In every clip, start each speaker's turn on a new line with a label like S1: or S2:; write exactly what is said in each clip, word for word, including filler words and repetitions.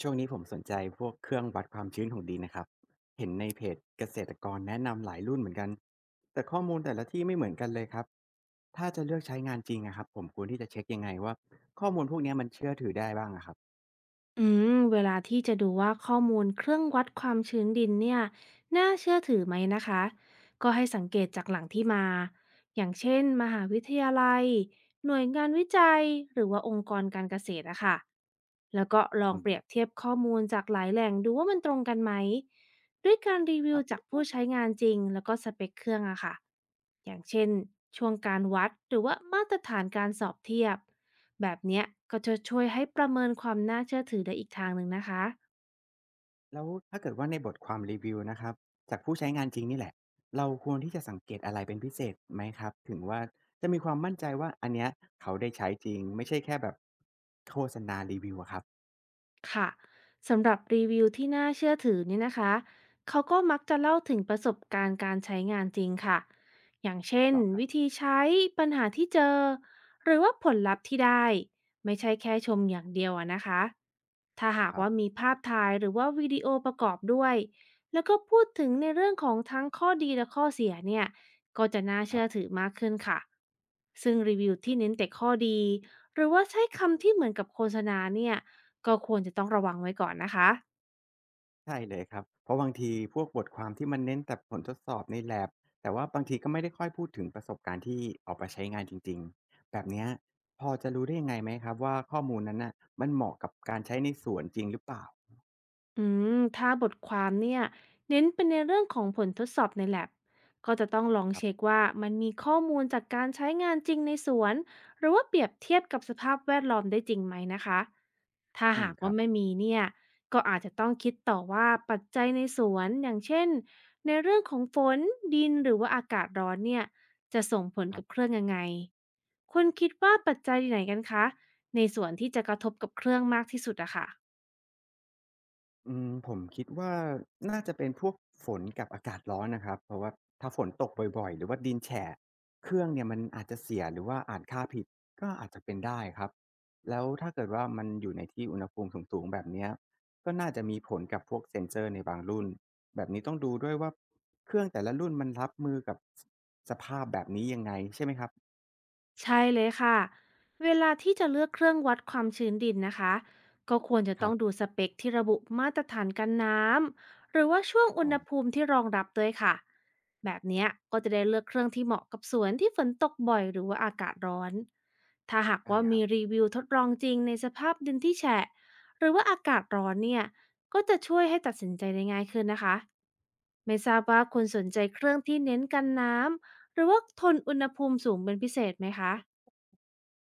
S1: ช่วงนี้ผมสนใจพวกเครื่องวัดความชื้นของดินนะครับเห็นในเพจเกษตรกรแนะนำหลายรุ่นเหมือนกัน แต่ข้อมูลแต่ละที่ไม่เหมือนกันเลยครับถ้าจะเลือกใช้งานจริงอะครับผมควรที่จะเช็คยังไงว่าข้อมูลพวกเนี้ยมันเชื่อถือได้บ้างอะครับ
S2: อืมเวลาที่จะดูว่าข้อมูลเครื่องวัดความชื้นดินเนี่ยน่าเชื่อถือไหมนะคะก็ให้สังเกตจากแหล่งที่มาอย่างเช่นมหาวิทยาลัยหน่วยงานวิจัยหรือว่าองค์กรการเกษตรอะค่ะแล้วก็ลอ
S1: อื
S2: งเปรียบ
S1: ม
S2: เทียบข้อมูลจากหลายแหล่งดูว่ามันตรงกันไหมด้วยการรี
S1: ค
S2: วิว
S1: รั
S2: จาก
S1: บ
S2: ผู้ใช้งานจริงแล้วก็สเปคเครื่องอะค่ะอย่างเช่นช่วงการวัดหรือว่ามาตรฐานการสอบเทียบ แบบเนี้ยก็จะช่วยให้ประเมินความน่าเชื่อถือได้อีกทางหนึ่งนะคะ
S1: แล้วถ้าเกิดว่าในบทความรีวิวนะครับจากผู้ใช้งานจริงนี่แหละ เราควรที่จะสังเกตอะไรเป็นพิเศษไหมครับถึงว่าจะมีความมั่นใจว่าอันเนี้ยเขาได้ใช้จริงไม่ใช่แค่แบบโฆษณารีวิวอะครับ
S2: ค่ะสำหรับรีวิวที่น่าเชื่อถือนี่นะคะเขาก็มักจะเล่าถึงประสบการณ์การใช้งานจริงค่ะอย่างเช่น
S1: หรอกครับ
S2: วิธีใช้ปัญหาที่เจอหรือว่าผลลัพธ์ที่ได้ไม่ใช่แค่ชมอย่างเดียวอะนะคะถ้าหา
S1: ค
S2: ก
S1: รั
S2: ว่า
S1: บ
S2: มีภาพถ่ายหรือว่าวิดีโอประกอบด้วยแล้วก็พูดถึงในเรื่องของทั้งข้อดีและข้อเสียเนี่ยก็จะน่า
S1: ครั
S2: เชื่อ
S1: บ
S2: ถือมากขึ้นค่ะซึ่งรีวิวที่เน้นแต่ข้อดีหรือว่าใช้คำที่เหมือนกับโฆษณาเนี่ย ก็ควรจะต้องระวังไว้ก่อนนะคะ
S1: ใช่เลยครับ เพราะบางทีพวกบทความที่มันเน้นแต่ผลทดสอบใน lab แต่ว่าบางทีก็ไม่ได้ค่อยพูดถึงประสบการณ์ที่เออกไปใช้งานจริงๆ แบบเนี้ยพอจะรู้ได้ยังไงไหมครับว่าข้อมูลนั้นน่ะมันเหมาะกับการใช้ในสวนจริงหรือเปล่า
S2: อืมถ้าบทความเนี่ยเน้นเป็นในเรื่องของผลทดสอบใน lab ก็จะต้องลอง
S1: ครั
S2: เช็ค
S1: บ
S2: ว่ามันมีข้อมูลจากการใช้งานจริงในสวนหรือว่าเปรียบเทียบกับสภาพแวดล้อมได้จริงไหมนะคะ ถ้า
S1: อืม
S2: หาก
S1: ค
S2: ว่า
S1: รับ
S2: ไม่มีเนี่ยก็อาจจะต้องคิดต่อว่าปัจจัยในสวนอย่างเช่นในเรื่องของฝนดินหรือว่าอากาศร้อนเนี่ยจะส่งผล
S1: ครั
S2: กับเค
S1: บ
S2: รื่องยังไงคุณคิดว่าปัจจัยไหนกันคะในส่วนที่จะกระทบกับเครื่องมากที่สุดอะค่ะ
S1: อืมผมคิดว่าน่าจะเป็นพวกฝนกับอากาศร้อนนะครับเพราะว่าถ้าฝนตกบ่อยๆหรือว่าดินแฉะเครื่องเนี่ยมันอาจจะเสียหรือว่าอ่านค่าผิดก็อาจจะเป็นได้ครับแล้วถ้าเกิดว่ามันอยู่ในที่อุณหภูมิสูงๆแบบเนี้ยก็น่าจะมีผลกับพวกเซนเซอร์ในบางรุ่นแบบนี้ต้องดูด้วยว่าเครื่องแต่ละรุ่นมันรับมือกับสสภาพแบบนี้ยังไงใช่ไหมครับ
S2: ใช่เลยค่ะเวลาที่จะเลือกเครื่องวัดความชื้นดินนะคะก็ควรจะ
S1: ค
S2: ต้
S1: รั
S2: องดู
S1: บ
S2: สเปคที่ระบุมาตรฐานกันน้ำ หรือว่าช่วงอุ
S1: อ๋
S2: ณ
S1: อ
S2: หภูมิที่รองรับด้วยค่ะแบบเนี้ยก็จะได้เลือกเครื่องที่เหมาะกับสวนที่ฝนตกบ่อยหรือว่าอากาศร้อนถ้าหาก
S1: ได้
S2: ว่า
S1: ครั
S2: มี
S1: บ
S2: รีวิวทดลองจริงในสภาพดินที่แฉะหรือว่าอากาศร้อนเนี่ยก็จะช่วยให้ตัดสินใจได้ง่ายขึ้นนะคะไม่ทราบว่าคุณสนใจเครื่องที่เน้นกันน้ำ หรือว่าทนอุณหภูมิสูงเป็นพิเศษไหมคะ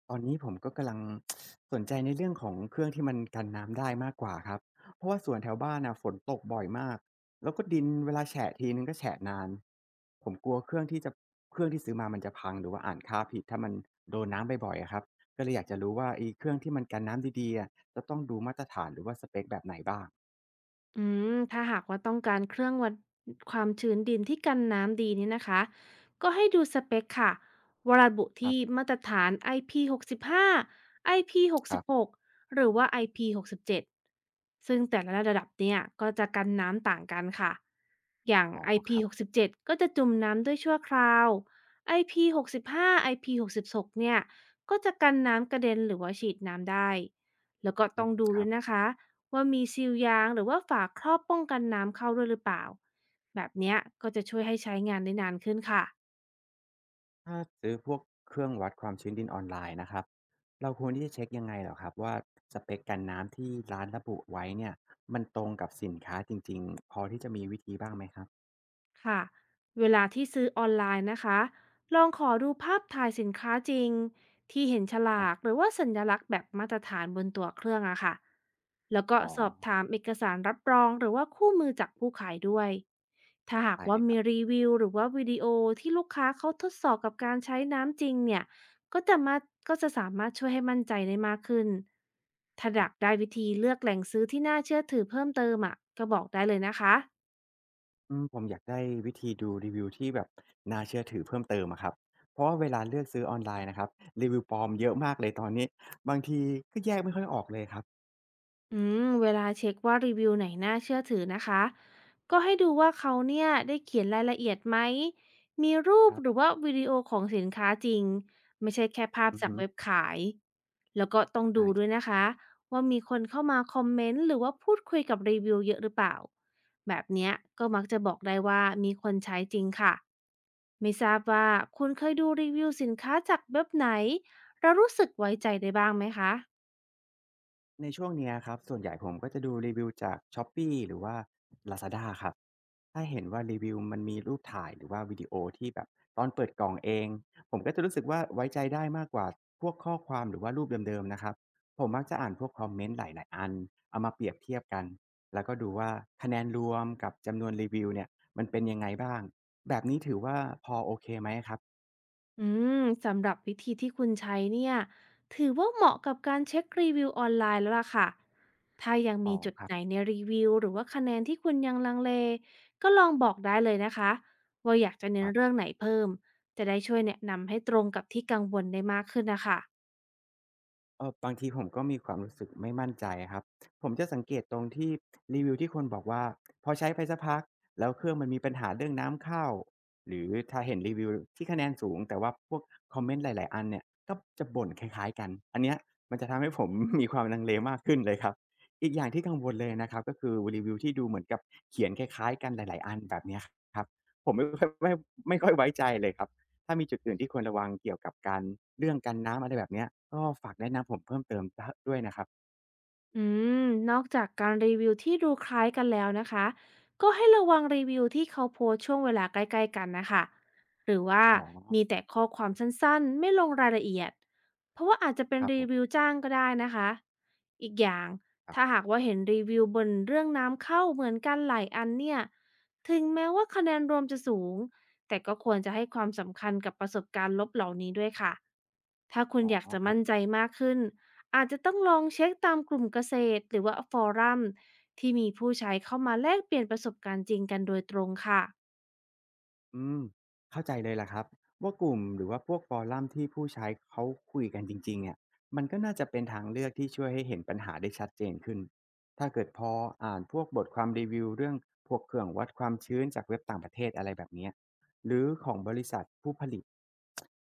S1: ตอนนี้ผมก็กำลัง สนใจในเรื่องของเครื่องที่มันกันน้ำได้มากกว่าครับเพราะว่าสวนแถวบ้านน่ะฝนตกบ่อยมากแล้วก็ดินเวลาแฉะทีนึ่งก็แฉะนานผมกลัวเครื่องที่จะเครื่องที่ซื้อมามันจะพังหรือว่าอ่านค่าผิดถ้ามันโดนน้ำบ่อยๆอะครับก็เลยอยากจะรู้ว่าไอ้เครื่องที่มันกันน้ำดีๆอะจะต้องดูมาตรฐานหรือว่าสเปกแบบไหนบ้าง
S2: อืมถ้าหากว่าต้องการเครื่องวัดความชื้นดินที่กันน้ำดีนี่นะคะ ก็ให้ดูสเปคค่ะวาระบุ
S1: ครั
S2: ที่
S1: บ
S2: มาตรฐาน ไอ พี หกสิบห้า ไอ พี หกสิบหก หกสิบห้าไอพีหก
S1: ค
S2: สิ
S1: รั
S2: บ
S1: บ
S2: หกหรือว่า ไอ พี หกสิบเจ็ด ซึ่งแต่ละระดับเนี่ยก็จะกันน้ำต่างกันค่ะ อย่าง
S1: อ๋อครับ
S2: ไอ พี หกสิบเจ็ด กสิบเจ็ดก็จะจุ่มน้ำด้วยชั่วคราว ไอ พี หกสิบห้า ไอ พี หกสิบหก เนี่ยก็จะกันน้ำกระเด็นหรือว่าฉีดน้ำได้ แล้วก็
S1: อื
S2: ต้อ
S1: ม
S2: งดู
S1: ครั
S2: ด้ว
S1: บ
S2: ยนะคะว่ามีซีลยางหรือว่าฝาครอบป้องกันน้ำเข้าด้วยหรือเปล่า แบบเนี้ยก็จะช่วยให้ใช้งานได้นานขึ้นค่ะ
S1: ถ้าซื้อพวกเครื่องวัดความชื้นดินออนไลน์นะครับ เราควรที่จะเช็คยังไงเหรอครับว่าสเปคกันน้ำที่ร้านระบุไว้เนี่ยมันตรงกับสินค้าจริงๆพอที่จะมีวิธีบ้างไหมครับ
S2: ค่ะเวลาที่ซื้อออนไลน์นะคะลองขอดูภาพถ่ายสินค้าจริงที่เห็นฉ
S1: ครั
S2: ลากห
S1: บ
S2: รือว่าสัญลักษณ์แบบมาตรฐานบนตัวเครื่องอะค่ะแล้วก็
S1: อ๋อ
S2: สอบถามเอกสารรับรองหรือว่าคู่มือจากผู้ขายด้วย ถ้าหาก
S1: ได้เล
S2: ว่า
S1: ยค
S2: มี
S1: รับ
S2: รีวิวหรือว่าวิดีโอที่ลูกค้าเขาทดสอบกับการใช้น้ำจริงเนี่ย ก็จะมาก็จะสามารถช่วยให้มั่นใจได้มากขึ้นถ้า
S1: ค
S2: อ
S1: รั
S2: ยาก
S1: บ
S2: ได้วิธีเลือกแหล่งซื้อที่น่าเชื่อถือเพิ่มเติมอะก็บอกได้เลยนะคะ
S1: อืมผมอยากได้วิธีดูรีวิวที่แบบน่าเชื่อถือเพิ่มเติมอะครับเพราะว่าเวลาเลือกซื้อออนไลน์นะครับรีวิวปลอมเยอะมากเลยตอนนี้บางทีก็แยกไม่ค่อยออกเลยครับ
S2: อืมเวลาเช็คว่ารีวิวไหนน่าเชื่อถือนะคะก็ให้ดูว่าเขาเนี่ยได้เขียนรายละเอียดไหมมีรู
S1: ค
S2: ป
S1: รับ
S2: หรือว่าวิดีโอของสินค้าจริงไม่ใช่แค่ภาพ
S1: อือ
S2: จาก
S1: ฮึ
S2: เว็บขายแล้วก็ต้องดูด้วย
S1: ใช่
S2: นะคะว่ามีคนเข้ามาคอมเมนต์หรือว่าพูดคุยกับรีวิวเยอะหรือเปล่าแบบเนี้ยก็มักจะบอกได้ว่ามีคนใช้จริงค่ะไม่ทราบว่าคุณเคยดูรีวิวสินค้าจากเว็บไหนเรารู้สึกไว้ใจได้บ้างไหมคะ
S1: ในช่วงเนี้ยครับส่วนใหญ่ผมก็จะดูรีวิวจาก Shopee หรือว่า Lazada ครับถ้าเห็นว่ารีวิวมันมีรูปถ่ายหรือว่าวิดีโอที่แบบตอนเปิดกล่องเองผมก็จะรู้สึกว่าไว้ใจได้มากกว่าพวกข้อความหรือว่ารูปเดิมๆนะครับผมมักจะอ่านพวกคอมเมนต์หลายๆอันเอามาเปรียบเทียบกันแล้วก็ดูว่าคะแนนรวมกับจำนวนรีวิวเนี่ยมันเป็นยังไงบ้างแบบนี้ถือว่าพอโอเคไหมครับ
S2: อืมสำหรับวิธีที่คุณใช้เนี่ยถือว่าเหมาะกับการเช็ครีวิวออนไลน์แล้วล่ะค่ะถ้ายัง
S1: อ๋อ
S2: มีจุด
S1: ครับ
S2: ไหนในรีวิวหรือว่าคะแนนที่คุณยังลังเลก็ลองบอกได้เลยนะคะว่าอยากจะ
S1: ค
S2: เน้น
S1: รั
S2: เรื่อง
S1: บ
S2: ไหนเพิ่มจะได้ช่วยแนะนำให้ตรงกับที่กังวลได้มากขึ้นนะคะ
S1: เออบางทีผมก็มีความรู้สึกไม่มั่นใจครับผมจะสังเกตตรงที่รีวิวที่คนบอกว่าพอใช้ไปสักพักแล้วเครื่องมันมีปัญหาเรื่องน้ำเข้าหรือถ้าเห็นรีวิวที่คะแนนสูงแต่ว่าพวกคอมเมนต์หลายๆอันเนี่ยก็จะบ่นคล้ายๆกันอันเนี้ยมันจะทำให้ผม มีความลังเลมากขึ้นเลยครับอีกอย่างที่กังวลเลยนะครับก็คือรีวิวที่ดูเหมือนกับเขียนคล้ายๆกันหลายๆอันแบบเนี้ยครับผมไม่ค่อยไม่ไม่ค่อยไว้ใจเลยครับ ถ้ามีจุดอื่นที่ควรระวังเกี่ยวกับการเรื่องกันน้ำอะไรแบบเนี้ยก็ฝากแนะนำผมเพิ่มเติมดด้วยนะครับ
S2: อืมนอกจากการรีวิวที่ดูคล้ายกันแล้วนะคะก็ให้ระวังรีวิวที่เขาโพสต์ช่วงเวลาใกล้ๆกันนะคะหรือว่า
S1: อ๋อ
S2: มีแต่ข้อความสั้นๆไม่ลงรายละเอียดเพราะว่าอาจจะเป็
S1: ค
S2: น
S1: รับผ
S2: รีวิ
S1: ม
S2: วจ้างก็ได้นะคะอีกอย่าง
S1: ครั
S2: ถ้า
S1: บ
S2: หากว่าเห็นรีวิวบนเรื่องน้ำเข้าเหมือนกันหลายอันเนี่ยถึงแม้ว่าคะแนนรวมจะสูงแต่ก็ควรจะให้ความสำคัญกับประสบการณ์ลบเหล่านี้ด้วยค่ะถ้าคุณ
S1: อ๋
S2: อยาก
S1: อ
S2: จะมั่นใจมากขึ้น อาจจะต้องลองเช็คตามกลุ่มเกษตรหรือว่าฟอรัมที่มีผู้ใช้เข้ามาแลกเปลี่ยนประสบการณ์จริงกันโดยตรงค่ะ
S1: อืมเข้าใจเลยล่ะครับว่ากลุ่มหรือว่าพวกฟอรัมที่ผู้ใช้เขาคุยกันจริงๆเนี่ยมันก็น่าจะเป็นทางเลือกที่ช่วยให้เห็นปัญหาได้ชัดเจนขึ้นถ้าเกิดพออ่านพวกบทความรีวิวเรื่องพวกเครื่องวัดความชื้นจากเว็บต่างประเทศอะไรแบบเนี้ยหรือของบริษัทผู้ผลิต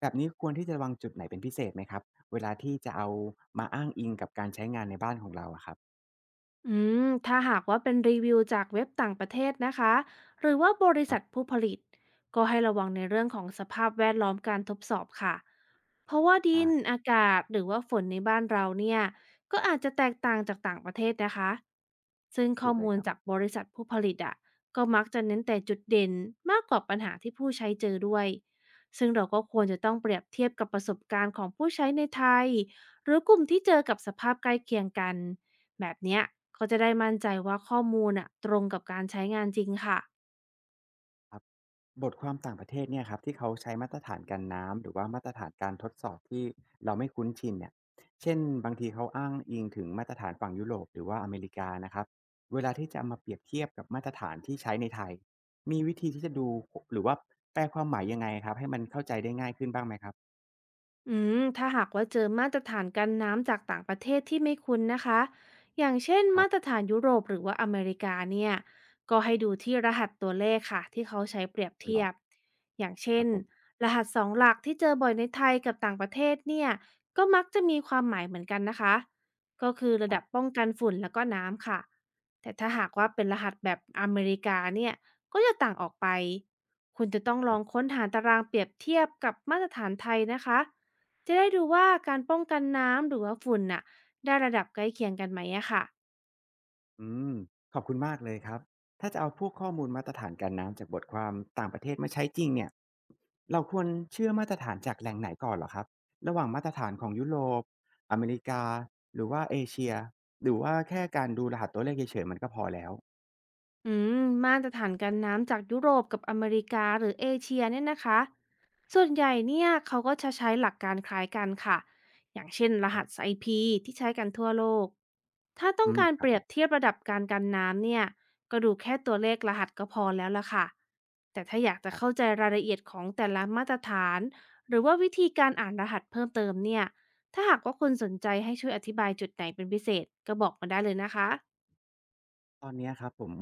S1: แบบนี้ควรที่จะวางจุดไหนเป็นพิเศษไหมครับเวลาที่จะเอามาอ้างอิงกับการใช้งานในบ้านของเราอะครับ
S2: อืมถ้าหากว่าเป็นรีวิวจากเว็บต่างประเทศนะคะหรือว่าบริ
S1: ครั
S2: ษัท
S1: บ
S2: ผู้ผลิตก็ให้ระวังในเรื่องของสภาพแวดล้อมการทดสอบค่ะเพราะว่าดิ
S1: ได้
S2: นอากาศหรือว่าฝนในบ้านเราเนี่ยก็อาจจะแตกต่างจากต่างประเทศนะคะซึ่ง
S1: ถู
S2: ข้อ
S1: กเลย
S2: มู
S1: ค
S2: ล
S1: รับ
S2: จากบริษัทผู้ผลิตอ่ะก็มักจะเน้นแต่จุดเด่นมากกว่าปัญหาที่ผู้ใช้เจอด้วยซึ่งเราก็ควรจะต้องเปรียบเทียบกับประสบการณ์ของผู้ใช้ในไทยหรือกลุ่มที่เจอกับสภาพใกล้เคียงกัน แบบเนี้ยก็จะได้มั่นใจว่าข้อมูลอ่ะตรงกับการใช้งานจริงค่ะ
S1: ครับบทความต่างประเทศเนี่ยครับที่เขาใช้มาตรฐานกันน้ำหรือว่ามาตรฐานการทดสอบที่เราไม่คุ้นชินเนี่ยเช่นบางทีเขาอ้างอิงถึงมาตรฐานฝั่งยุโรปหรือว่าอเมริกานะครับเวลาที่จะเอามาเปรียบเทียบกับมาตรฐานที่ใช้ในไทยมีวิธีที่จะดูหรือว่าแปลความหมายยังไงครับให้มันเข้าใจได้ง่ายขึ้นบ้างไหมครับ
S2: อืมถ้าหากว่าเจอมาตรฐานกันน้ำจากต่างประเทศที่ไม่คุ้นนะคะอย่างเช่น
S1: ครั
S2: มาตร
S1: บ
S2: ฐานยุโรปหรือว่าอเมริกาเนี่ยก็ให้ดูที่รหัสตัวเลขค่ะที่เขาใช้เปรียบ
S1: หร
S2: เที
S1: อ
S2: ยบอย่าง
S1: ค
S2: เช่
S1: รับ
S2: น
S1: ผม
S2: รหัสสองหลักที่เจอบ่อยในไทยกับต่างประเทศเนี่ยก็มักจะมีความหมายเหมือนกันนะคะก็คือ
S1: ค
S2: ระ
S1: รั
S2: ดับ
S1: บ
S2: ป้องกันฝุ่นแล้วก็น้ำค่ะแต่ถ้าหากว่าเป็นรหัสแบบอเมริกาเนี่ยก็จะต่างออกไปคุณจะต้องล
S1: ครั
S2: อง
S1: บ
S2: ค้นหาตารางเปรียบเทียบกับมาตรฐานไทยนะคะ จะได้ดูว่าการป้องกันน้ำหรือว่าฝุ่นน่ะได้ระดับใกล้เคียงกันไหมอะค่ะ
S1: อืมขอบคุณมากเลยครับถ้าจะเอาพวกข้อมูลมาตรฐานการน้ำจากบทความต่างประเทศมาใช้จริงเนี่ยเราควรเชื่อมาตรฐานจากแหล่งไหนก่อนเหรอครับระหว่างมาตรฐานของยุโรปอเมริกาหรือว่าเอเชียหรือว่าแค่การดูรหัสตัวเลขเฉยๆมันก็พอแล้ว
S2: อืมมาตรฐานการน้ำจากยุโรปกับอเมริกาหรือเอเชียเนี่ยนะคะส่วนใหญ่เนี่ยเขาก็จะใช้หลักการคล้ายกันค่ะอย่างเช่นร
S1: ครั
S2: หัส
S1: บ
S2: ไอพีที่ใช้กันทั่วโลกถ้าต้
S1: อื
S2: อง
S1: ม
S2: การ
S1: ครั
S2: เป
S1: บผ
S2: รียบเที
S1: ม
S2: ยบระดับการกันน้ำเนี่ยก็ดูแค่ตัวเลขรหัสก็พอแล้วละค่ะแต่ถ้าอยากจะ
S1: ครั
S2: เข้า
S1: บ
S2: ใจรายละเอียดของแต่ละมาตรฐานหรือว่าวิธีการอ่านรหัสเพิ่มเติมเนี่ยถ้าหากว่าคุณสนใจให้ช่วยอธิบายจุดไหนเป็นพิเศษก็บอกมาได้เลยนะคะ
S1: ตอนเนี้ยครับผม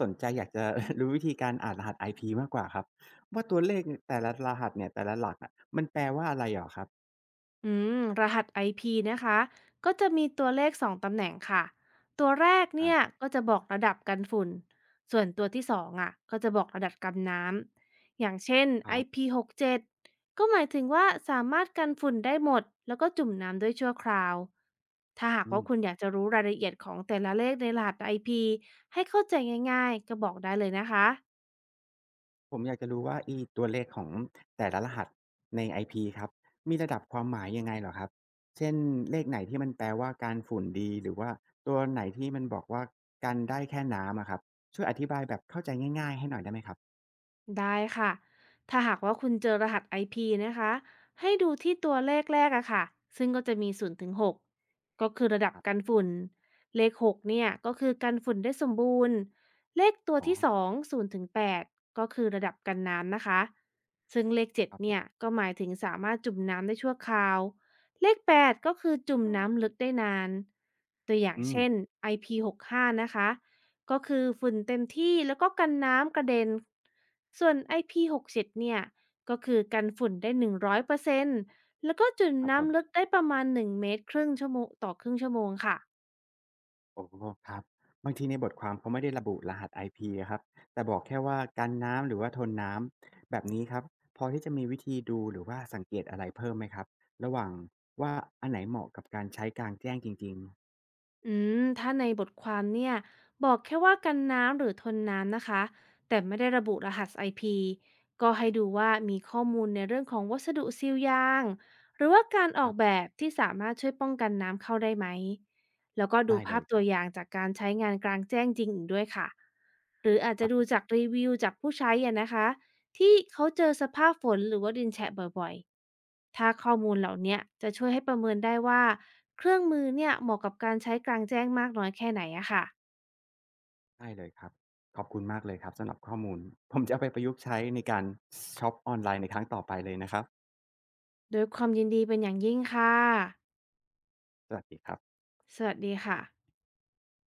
S1: สนใจอยากจะ รู้วิธีการอ่านรหัส ไอ พี มากกว่าครับว่าตัวเลขแต่ละรหัสเนี่ยแต่ละหลักอ่ะมันแปลว่าอะไรเหรอครับ
S2: อืมรหัส ไอ พี นะคะ ก็จะมีตัวเลขสองตำแหน่งค่ะ ตัวแรก
S1: ครั
S2: เนี่ย
S1: บ
S2: ก็จะบอกระดับกันฝุ่น ส่วนตัวที่สององอ่ะก็จะบอกระดับกันน้ำ อย่างเช่น
S1: ครับ
S2: ไอ พี หกสิบเจ็ด กสิบเจ็ดก็หมายถึงว่าสามารถกันฝุ่นได้หมด แล้วก็จุ่มน้ำด้วยชั่วคราว ถ้าหาก
S1: อืม
S2: ว่าคุณอยากจะรู้รายละเอียดของแต่ละเลขในรหัส ไอ พี ให้เข้าใจง่ายๆ ก็บอกได้เลยนะคะ
S1: ผมอยากจะรู้ว่าอีตัวเลขของแต่ละรหัสในไอพีครับมีระดับความหมายยังไงเหรอครับเช่นเลขไหนที่มันแปลว่าการฝุ่นดีหรือว่าตัวไหนที่มันบอกว่ากันได้แค่น้ำอะครับช่วยอธิบายแบบเข้าใจง่ายๆให้หน่อยได้ไหมครับ
S2: ได้ค่ะถ้าหากว่าคุณเจอรหัส ไอ พี นะคะ ให้ดูที่ตัวเลขแรกอะค่ะซึ่งก็จะมีศูนย์ถึงหกกก็คือระดั
S1: ค
S2: บ
S1: รั
S2: กัน
S1: บ
S2: ฝุ่นเลขหกเนี่ยก็คือกันฝุ่นได้สมบูรณ์เลขตัว
S1: อ๋อ
S2: ที่สอง ศูนย์ถึงแปดก็คือระดับกันน้ำนะคะ ซึ่งเลข
S1: ค
S2: เจ็ด
S1: รับผ
S2: เนี่ย
S1: ม
S2: ก็หมายถึงสามารถจุ่มน้ำได้ชั่วคราว เลข แปด ก็คือจุ่มน้ำลึกได้นาน ตัวอย่าง
S1: อืม
S2: เช่น ไอ พี หกสิบห้า นะคะ ก็คือฝุ่นเต็มที่แล้วก็กันน้ำกระเด็น ส่วน ไอ พี หกสิบเจ็ด เจ็ดเนี่ยก็คือกันฝุ่นได้ หนึ่งร้อยเปอร์เซ็นต์แล้วก็จุด
S1: ครับผ
S2: น้ำลึก
S1: ม
S2: ได้ประมาณ หนึ่ง เมตรครึ่งชั่วโมงต่อครึ่งชั่วโมงค่ะ
S1: โอ้โครับบางทีในบทความเขาไม่ได้ระบุรหัส ไอ พี อพีอะครับแต่บอกแค่ว่ากันน้ำหรือว่าทนน้ำแบบนี้ครับพอที่จะมีวิธีดูหรือว่าสังเกตอะไรเพิ่มไหมครับระหว่างว่าอันไหนเหมาะกับการใช้กลางแจ้งจริง
S2: อืมถ้าในบทความเนี่ยบอกแค่ว่ากันน้ำหรือทนน้ำนะคะแต่ไม่ได้ระบุรหัส ไอ พี ก็ให้ดูว่ามีข้อมูลในเรื่องของวัสดุซีลยางหรือว่าการ
S1: ๆ
S2: อ
S1: ค
S2: อ
S1: รั
S2: ก
S1: บ
S2: แบบที่สามารถช่วยป้องกันน้ำเข้าได้ไหมแล้วก็ดู
S1: ได้เล
S2: ภา
S1: ย
S2: พ
S1: ค
S2: ตั
S1: รับ
S2: วอย่างจากการใช้งานกลางแจ้งจริงอีกด้วยค่ะ หรืออาจ
S1: ค
S2: จะ
S1: รั
S2: ดู
S1: บ
S2: จากรีวิวจากผู้ใช้อะนะคะที่เขาเจอสภาพฝนหรือว่าดินแฉะบ่อยๆ ถ้าข้อมูลเหล่าเนี้ยจะช่วยให้ประเมินได้ว่าเครื่องมือเนี่ยเหมาะกับการใช้กลางแจ้งมากน้อยแค่ไหนอะค่ะ
S1: ได้เลยครับขอบคุณมากเลยครับสำหรับข้อมูลผมจะเอาไปประยุกต์ใช้ในการช็อปออนไลน์ในครั้งต่อไปเลยนะครับ
S2: โดยความยินดีเป็นอย่างยิ่งค่ะ
S1: สวัสดีครับ
S2: สวัสดีค่ะ